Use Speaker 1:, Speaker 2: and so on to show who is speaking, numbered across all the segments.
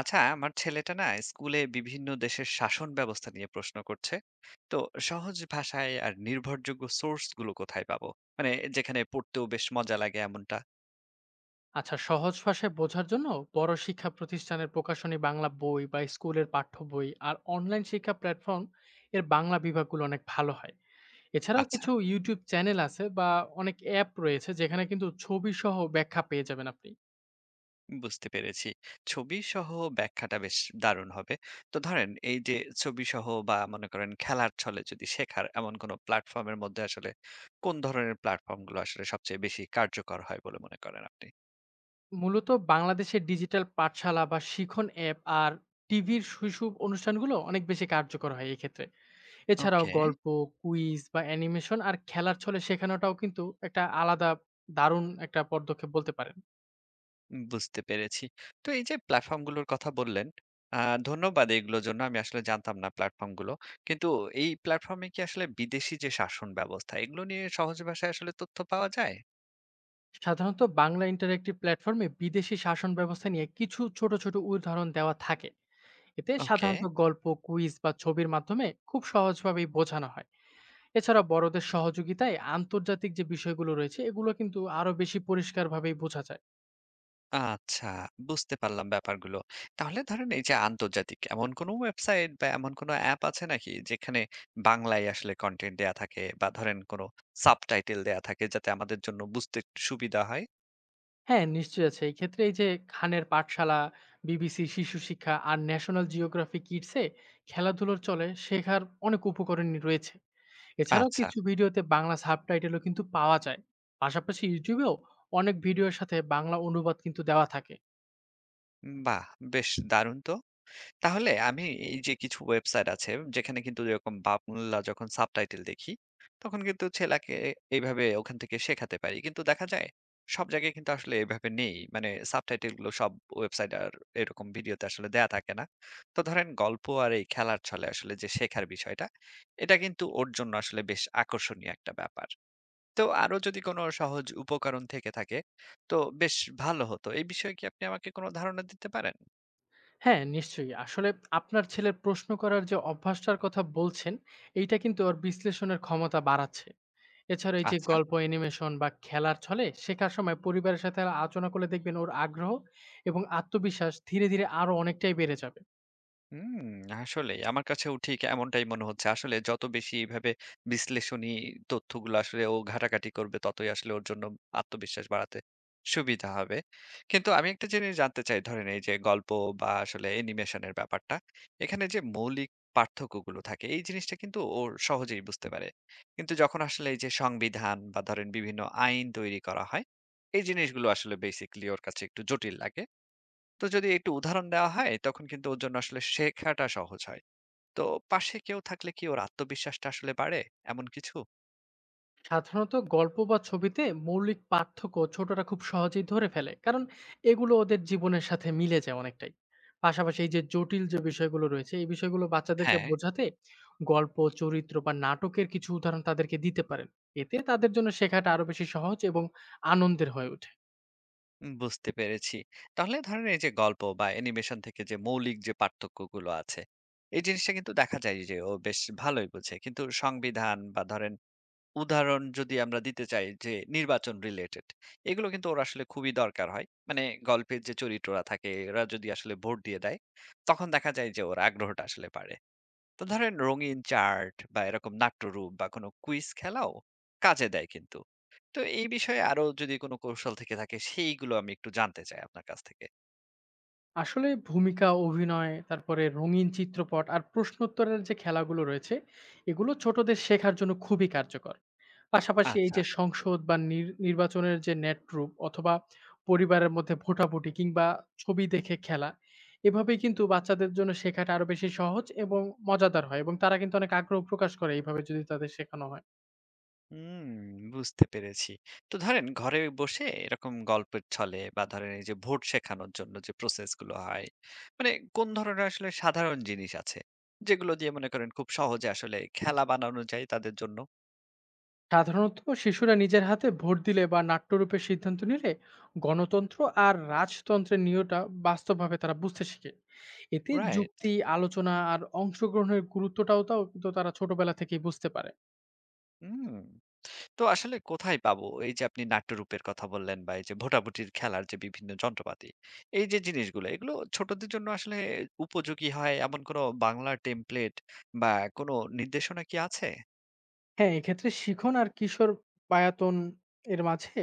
Speaker 1: আচ্ছা, আমার ছেলেটা না স্কুলে বিভিন্ন দেশের শাসন ব্যবস্থা নিয়ে প্রশ্ন করছে। তো সহজ ভাষায় আর নির্ভরযোগ্য সোর্স গুলো কোথায় পাবো? মানে যেখানে পড়তেও বেশ মজা লাগে এমনটা।
Speaker 2: আচ্ছা, সহজ ভাষায় বোঝার জন্য বড় শিক্ষা প্রতিষ্ঠানের প্রকাশনী বাংলা বই বা স্কুলের পাঠ্য বই আর অনলাইন শিক্ষা প্ল্যাটফর্ম এর বাংলা বিভাগগুলো অনেক ভালো হয়। এছাড়াও
Speaker 1: আচ্ছা,
Speaker 2: কিছু ইউটিউব চ্যানেল আছে বা অনেক অ্যাপ রয়েছে যেখানে কিন্তু ছবি সহ ব্যাখ্যা পেয়ে যাবেন আপনি।
Speaker 1: বুঝতে পেরেছি। ছবি সহ ব্যাখ্যাটা বেশ দারুণ হবে। তো ধরেন এই যে ছবি সহ বা মনে করেন খেলার ছলে যদি শেখার এমন কোনো প্ল্যাটফর্মের মধ্যে আসলে কোন ধরনের প্ল্যাটফর্মগুলো আসলে সবচেয়ে বেশি কার্যকর হয় বলে মনে করেন আপনি?
Speaker 2: মূলত বাংলাদেশের ডিজিটাল পাঠশালা বা শিখন অ্যাপ আর টিভির শৈশব অনুষ্ঠানগুলো অনেক বেশি কার্যকর হয় এক্ষেত্রে। এছাড়াও
Speaker 1: ওকে।
Speaker 2: গল্প, কুইজ বা অ্যানিমেশন আর খেলার ছলে শেখানোটাও কিন্তু একটা আলাদা দারুণ একটা পদক্ষেপ বলতে পারেন।
Speaker 1: বুঝতে পেরেছি। তো এই যে প্ল্যাটফর্মগুলোর কথা বললেন, আ ধন্যবাদ এগুলোর জন্য। আমি আসলে জানতাম না প্ল্যাটফর্মগুলো। কিন্তু এই প্ল্যাটফর্মে কি আসলে বিদেশি যে শাসন ব্যবস্থা, এগুলো নিয়ে সহজ ভাষায় আসলে তথ্য পাওয়া যায়?
Speaker 2: সাধারণত বাংলা ইন্টারেক্টিভ প্ল্যাটফর্মে বিদেশি শাসন ব্যবস্থা নিয়ে কিছু ছোট ছোট উদাহরণ দেওয়া থাকে। এতে
Speaker 1: ওকে।
Speaker 2: সাধারণত গল্প, কুইজ বা ছবির মাধ্যমে খুব সহজভাবেই বোঝানো হয়। এছাড়া বড়দের সহযোগিতায় আন্তর্জাতিক যে বিষয়গুলো রয়েছে এগুলো কিন্তু আরো বেশি পরিষ্কারভাবেই বোঝা যায়।
Speaker 1: আচ্ছা, বুঝতে পারলাম ব্যাপারগুলো। তাহলে ধরেন এই যে আন্তর্জাতিক এমন কোনো ওয়েবসাইট বা এমন কোনো অ্যাপ আছে নাকি যেখানে বাংলায় আসলে কনটেন্ট দেয়া থাকে, বা ধরেন কোনো সাবটাইটেল দেয়া থাকে যাতে আমাদের জন্য বুঝতে একটু সুবিধা হয়?
Speaker 2: হ্যাঁ, নিশ্চয়ই আছে এই ক্ষেত্রে। এই যে খানের পাঠশালা, বিবিসি শিশু শিক্ষা আর ন্যাশনাল জিওগ্রাফি কিডসে খেলাধুলোর চলে শেখার অনেক উপকরণই রয়েছে। এছাড়াও
Speaker 1: আচ্ছা।
Speaker 2: কিছু ভিডিওতে বাংলা সাবটাইটেলও কিন্তু পাওয়া যায়। পাশাপাশি ইউটিউবেও অনেক ভিডিওর সাথে বাংলা অনুবাদ কিন্তু দেওয়া থাকে।
Speaker 1: বাহ! বেশ দারুণ তো। তাহলে আমি এই যে কিছু ওয়েবসাইট আছে যেখানে কিন্তু এরকম বাংলা যখন সাবটাইটেল দেখি তখন কিন্তু ছেলাকে এইভাবে ওখান থেকে শেখাতে পারি, কিন্তু দেখা যায় সব জায়গায় কিন্তু আসলে এভাবে নেই, মানে সাবটাইটেল গুলো সব ওয়েবসাইট আর এরকম ভিডিওতে আসলে দেয়া থাকে না। তো ধরেন গল্প আর এই খেলার ছলে আসলে যে শেখার বিষয়টা, এটা কিন্তু ওর জন্য আসলে বেশ আকর্ষণীয় একটা ব্যাপার। তো আরো যদি কোনো সহজ উপকরণ থেকে থাকে তো বেশ ভালো হতো। এই বিষয়ে কি আপনি আমাকে কোনো ধারণা দিতে পারেন?
Speaker 2: হ্যাঁ, নিশ্চয়ই। আসলে আপনার ছেলের প্রশ্ন করার যে অভ্যাসটার কথা বলছেন, এইটা কিন্তু ওর বিশ্লেষণের ক্ষমতা বাড়াচ্ছে। এছাড়া এই যে
Speaker 1: আচ্ছা।
Speaker 2: গল্প, অ্যানিমেশন বা খেলার ছলে শেখার সময় পরিবারের সাথে আলোচনা করলে দেখবেন ওর আগ্রহ এবং আত্মবিশ্বাস ধীরে ধীরে আরো অনেকটাই বেড়ে যাবে।
Speaker 1: হুম, আসলেই আমার কাছেও ঠিক এমনটাই মনে হচ্ছে। আসলে যত বেশি এভাবে বিশ্লেষণী তথ্যগুলো আসলে ও ঘাটাঘাটি করবে ততই আসলে ওর জন্য আত্মবিশ্বাস বাড়াতে সুবিধা হবে। কিন্তু আমি একটা জিনিস জানতে চাই, ধরেন এই যে গল্প বা আসলে অ্যানিমেশনের ব্যাপারটা, এখানে যে মৌলিক পার্থক্যগুলো থাকে এই জিনিসটা কিন্তু ও সহজেই বুঝতে পারে। কিন্তু যখন আসলে এই যে সংবিধান বা ধরেন বিভিন্ন আইন তৈরি করা হয়, এই জিনিসগুলো আসলে বেসিক্যালি ওর কাছে একটু জটিল লাগে। তো যদি একটু উদাহরণ দেওয়া হয় তখন কিন্তু ওর জন্য আসলে শেখাটা সহজ হয়। তো পাশে কেউ থাকলে কি ওর আত্মবিশ্বাসটা আসলে বাড়ে এমন কিছু?
Speaker 2: সাধারণত গল্প বা ছবিতে মৌলিক পার্থক্য ছোটরা খুব সহজেই ধরে ফেলে, কারণ এগুলো ওদের জীবনের সাথে মিলে যায় অনেকটাই। পাশাপাশি এই যে জটিল যে বিষয়গুলো রয়েছে, এই বিষয়গুলো বাচ্চাদেরকে
Speaker 1: হ্যাঁ।
Speaker 2: বোঝাতে গল্প, চরিত্র বা নাটকের কিছু উদাহরণ তাদেরকে দিতে পারেন। এতে তাদের জন্য শেখাটা আরো বেশি সহজ এবং আনন্দের হয়ে ওঠে।
Speaker 1: বুঝতে পেরেছি। তাহলে ধরেন এই যে গল্প বা অ্যানিমেশন থেকে যে মৌলিক যে পার্থক্যগুলো আছে এই জিনিসটা কিন্তু দেখা যায় যে ও বেশ ভালোই বোঝে, কিন্তু সংবিধান বা ধরেন উদাহরণ যদি আমরা দিতে চাই যে নির্বাচন রিলেটেড, এগুলো কিন্তু ওর আসলে খুবই দরকার হয়। মানে গল্পের যে চরিত্ররা থাকে এরা যদি আসলে ভোট দিয়ে দেয় তখন দেখা যায় যে ওর আগ্রহটা আসলে বাড়ে। তো ধরেন রঙিন চার্ট বা এরকম নাট্যরূপ বা কোনো কুইজ খেলাও কাজে দেয় কিন্তু। তো এই বিষয়ে আরো যদি কোনো কৌশল থেকে থাকে সেইগুলো আমি একটু জানতে চাই আপনার কাছ থেকে।
Speaker 2: আসলে ভূমিকা অভিনয়, তারপরে রঙিন চিত্রপট আর প্রশ্নোত্তরের যে খেলাগুলো রয়েছে এগুলো ছোটদের শেখার জন্য খুবই কার্যকর। পাশাপাশি এই
Speaker 1: আচ্ছা।
Speaker 2: যে সংসদ বা নির্বাচনের যে নেটরূপ অথবা পরিবারের মধ্যে ভোটাভুটি কিংবা ছবি দেখে খেলা, এভাবেই কিন্তু বাচ্চাদের জন্য শেখাটা আরো বেশি সহজ এবং মজাদার হয়, এবং তারা কিন্তু অনেক আগ্রহ প্রকাশ করে এইভাবে যদি তাদের শেখানো হয়।
Speaker 1: হুম, বুঝতে পেরেছি। তো ধরেন ঘরে বসে এরকম গল্পের ছলে বা ধরেন এই যে ভোট শেখানোর জন্য যে প্রসেস গুলো হয়, মানে কোন ধরনের আসলে সাধারণ জিনিস আছে যেগুলো দিয়ে মনে করেন খুব সহজে আসলে খেলা বানানো যায় তাদের জন্য?
Speaker 2: সাধারণত শিশুরা নিজের হাতে ভোট দিলে বা নাট্যরূপে সিদ্ধান্ত নিলে গণতন্ত্র আর রাজতন্ত্রের নিয়টা বাস্তবভাবে তারা বুঝতে শিখে। এতে
Speaker 1: রাইট।
Speaker 2: যুক্তি, আলোচনা আর অংশগ্রহণের গুরুত্বটাও তাও কিন্তু তারা ছোটবেলা থেকেই বুঝতে পারে।
Speaker 1: হুম। তো আসলে কোথায় পাবো এই যে আপনি নাট্যরূপের কথা বললেন বা এই যে ভোটাভুটির খেলার যে বিভিন্ন যন্ত্রপাতি, এই যে জিনিসগুলো এগুলো ছোটদের জন্য আসলে উপযোগী হয় এমন কোনো বাংলা টেমপ্লেট বা কোনো নির্দেশনা কি আছে?
Speaker 2: হ্যাঁ, এক্ষেত্রে শিখন আর কিশোর বায়াতন এর মাঝে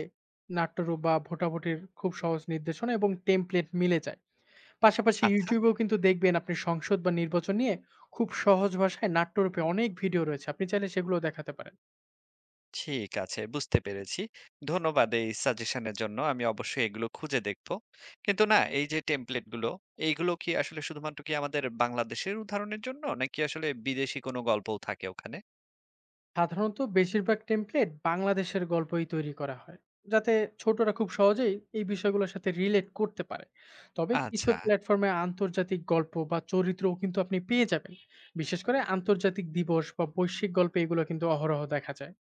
Speaker 2: নাট্যরূপ বা ভোটাভুটির খুব সহজ নির্দেশনা এবং টেমপ্লেট মিলে যায়। পাশাপাশি
Speaker 1: আচ্ছা।
Speaker 2: ইউটিউবেও কিন্তু দেখবেন আপনি সংসদ বা নির্বাচন নিয়ে খুব সহজ ভাষায় নাট্যরূপে অনেক ভিডিও রয়েছে। আপনি চাইলে সেগুলোও দেখাতে পারেন।
Speaker 1: ঠিক আছে, বুঝতে পেরেছি। ধন্যবাদ এই সাজেশনের জন্য, আমি অবশ্যই এগুলো খুঁজে দেখবো। কিন্তু না এই যে টেমপ্লেট গুলো, এইগুলো কি আসলে শুধুমাত্র কি আমাদের বাংলাদেশের উদাহরণের জন্য নাকি আসলে বিদেশি কোনো গল্পও থাকে ওখানে?
Speaker 2: সাধারণত বেশিরভাগ টেমপ্লেট বাংলাদেশের গল্পই তৈরি করা হয়, যাতে ছোটরা খুব সহজেই এই বিষয়গুলোর সাথে রিলেট করতে পারে। তবে কিছু
Speaker 1: আচ্ছা।
Speaker 2: প্ল্যাটফর্মে আন্তর্জাতিক গল্প বা চরিত্রও কিন্তু আপনি পেয়ে যাবেন। বিশেষ করে আন্তর্জাতিক দিবস বা বৈশ্বিক গল্পে এগুলো কিন্তু অহরহ দেখা যায়।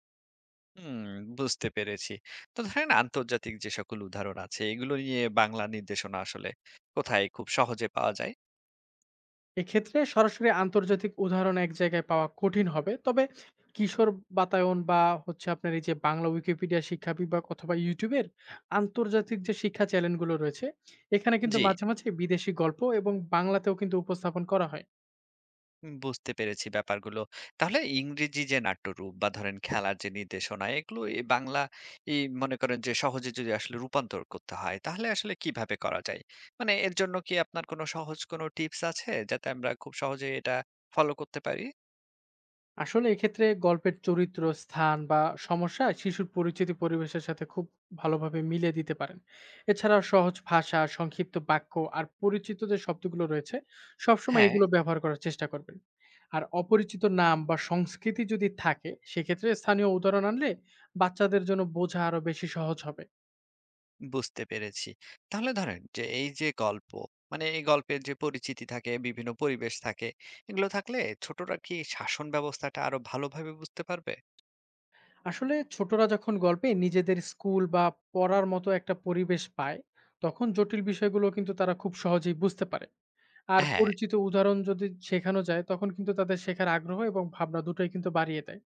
Speaker 1: হুম, বুঝতে পেরেছি। তো ধরেন আন্তর্জাতিক যে সকল উদাহরণ আছে এগুলো নিয়ে বাংলা নির্দেশনা আসলে কোথায় খুব সহজে পাওয়া যায়?
Speaker 2: এক্ষেত্রে সরাসরি আন্তর্জাতিক উদাহরণ এক জায়গায় পাওয়া কঠিন হবে। তবে কিশোর বাতায়ন বা হচ্ছে আপনার এই যে বাংলা উইকিপিডিয়া শিক্ষা বিভাগ অথবা ইউটিউবের আন্তর্জাতিক যে শিক্ষা চ্যানেলগুলো রয়েছে, এখানে কিন্তু
Speaker 1: জি,
Speaker 2: মাঝে মাঝে বিদেশি গল্প এবং বাংলাতেও কিন্তু উপস্থাপন করা হয়।
Speaker 1: বুঝতে পেরেছি ব্যাপারগুলো। তাহলে ইংরেজি যে নাট্যরূপ বা ধরেন খেলার যে নির্দেশনা, এগুলো এই বাংলা এই মনে করেন যে সহজে যদি আসলে রূপান্তর করতে হয় তাহলে আসলে কিভাবে করা যায়? মানে এর জন্য কি আপনার কোনো সহজ কোনো টিপস আছে যাতে আমরা খুব সহজে এটা ফলো করতে পারি?
Speaker 2: আসলে এক্ষেত্রে গল্পের চরিত্র, স্থান বা সমস্যা শিশুর পরিচিতি পরিবেশের সাথে খুব ভালোভাবে মিলিয়ে দিতে পারেন। এছাড়াও সহজ ভাষা, সংক্ষিপ্ত বাক্য আর পরিচিত যে শব্দগুলো রয়েছে, সবসময়
Speaker 1: হ্যাঁ।
Speaker 2: এগুলো ব্যবহার করার চেষ্টা করবেন। আর অপরিচিত নাম বা সংস্কৃতি যদি থাকে সেক্ষেত্রে স্থানীয় উদাহরণ আনলে বাচ্চাদের জন্য বোঝা আরো বেশি সহজ হবে।
Speaker 1: বুঝতে পেরেছি। তাহলে ধরেন যে এই যে গল্প, মানে এই গল্পের যে পরিচিতি থাকে, বিভিন্ন পরিবেশ থাকে, এগুলো থাকলে ছোটরা কি শাসন ব্যবস্থাটা আরো ভালোভাবে বুঝতে পারবে?
Speaker 2: আসলে ছোটরা যখন গল্পে নিজেদের স্কুল বা পড়ার মতো একটা পরিবেশ পায় তখন জটিল বিষয়গুলো কিন্তু তারা খুব সহজেই বুঝতে পারে। আর
Speaker 1: হ্যাঁ,
Speaker 2: পরিচিত উদাহরণ যদি শেখানো যায়, তখন কিন্তু তাদের শেখার আগ্রহ এবং ভাবনা দুটোই কিন্তু বাড়িয়ে দেয়।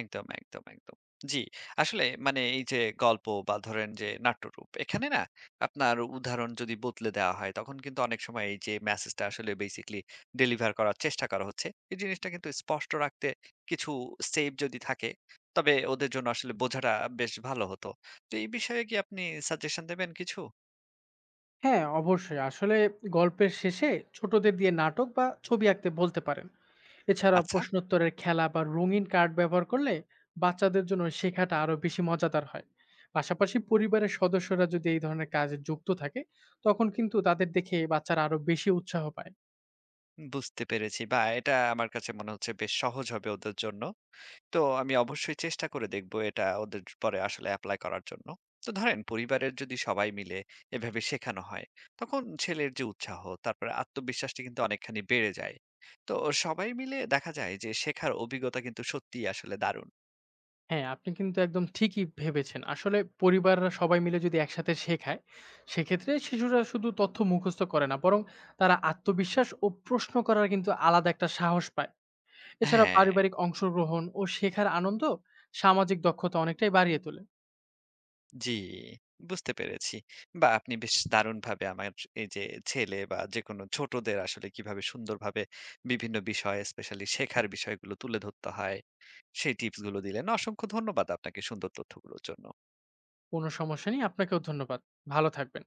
Speaker 1: একদম, একদম, একদম। জি, আসলে মানে এই যে গল্প বা ধরেন যে নাট্যরূপ, এখানে না আপনার উদাহরণ যদি বদলে দেওয়া হয়, তখন কিন্তু অনেক সময় এই যে মেসেজটা আসলে বেসিক্যালি ডেলিভার করার চেষ্টা করা হচ্ছে এই জিনিসটা কিন্তু স্পষ্ট রাখতে কিছু স্টেপ যদি থাকে, তবে ওদের জন্য আসলে বোঝাটা বেশ ভালো হতো। তো এই বিষয়ে কি আপনি সাজেশন দেবেন কিছু?
Speaker 2: হ্যাঁ, অবশ্যই। আসলে গল্পের শেষে ছোটদের দিয়ে নাটক বা ছবি আঁকতে বলতে পারেন। এছাড়া
Speaker 1: আচ্ছা,
Speaker 2: প্রশ্নোত্তরের খেলা বা রঙিন কার্ড ব্যবহার করলে বাচ্চাদের জন্য শেখাটা আরো বেশি মজাদার হয়। পাশাপাশি পরিবারের সদস্যরা যদি এই ধরনের কাজে যুক্ত থাকে, তখন কিন্তু তাদের দেখে বাচ্চারা আরো বেশি উৎসাহ পায়।
Speaker 1: বুঝতে পেরেছি। বা এটা আমার কাছে মনে হচ্ছে বেশ সহজ হবে ওদের জন্য। তো আমি অবশ্যই চেষ্টা করে দেখব এটা ওদের পরে আসলে এপ্লাই করার জন্য। তো ধরেন পরিবারের যদি সবাই মিলে এভাবে শেখানো হয়, তখন ছেলের যে উৎসাহ তারপরে আত্মবিশ্বাসটা কিন্তু অনেকখানি বেড়ে যায়। তো সবাই মিলে দেখা যায় যে শেখার অভিজ্ঞতা কিন্তু সত্যিই আসলে দারুণ।
Speaker 2: হ্যাঁ, আপনি কিন্তু একদম ঠিকই ভেবেছেন। আসলে পরিবাররা সবাই মিলে যদি একসাথে শেখায়, সেক্ষেত্রে শিশুরা শুধু তথ্য মুখস্থ করে না, বরং তারা আত্মবিশ্বাস ও প্রশ্ন করার কিন্তু আলাদা একটা সাহস পায়। এছাড়া
Speaker 1: হ্যাঁ।
Speaker 2: পারিবারিক অংশগ্রহণ ও শেখার আনন্দ সামাজিক দক্ষতা অনেকটাই বাড়িয়ে তোলে।
Speaker 1: জি, বুঝতে পেরেছি। বা আপনি বেশ দারুণভাবে আমার এই যে ছেলে বা যেকোনো ছোটদের আসলে কিভাবে সুন্দরভাবে বিভিন্ন বিষয় স্পেশালি শেখার বিষয়গুলো তুলে ধরতে হয়, সেই টিপস গুলো দিলেন। অসংখ্য ধন্যবাদ আপনাকে সুন্দর তথ্যগুলোর জন্য।
Speaker 2: কোনো সমস্যা নেই, আপনাকেও ধন্যবাদ। ভালো থাকবেন।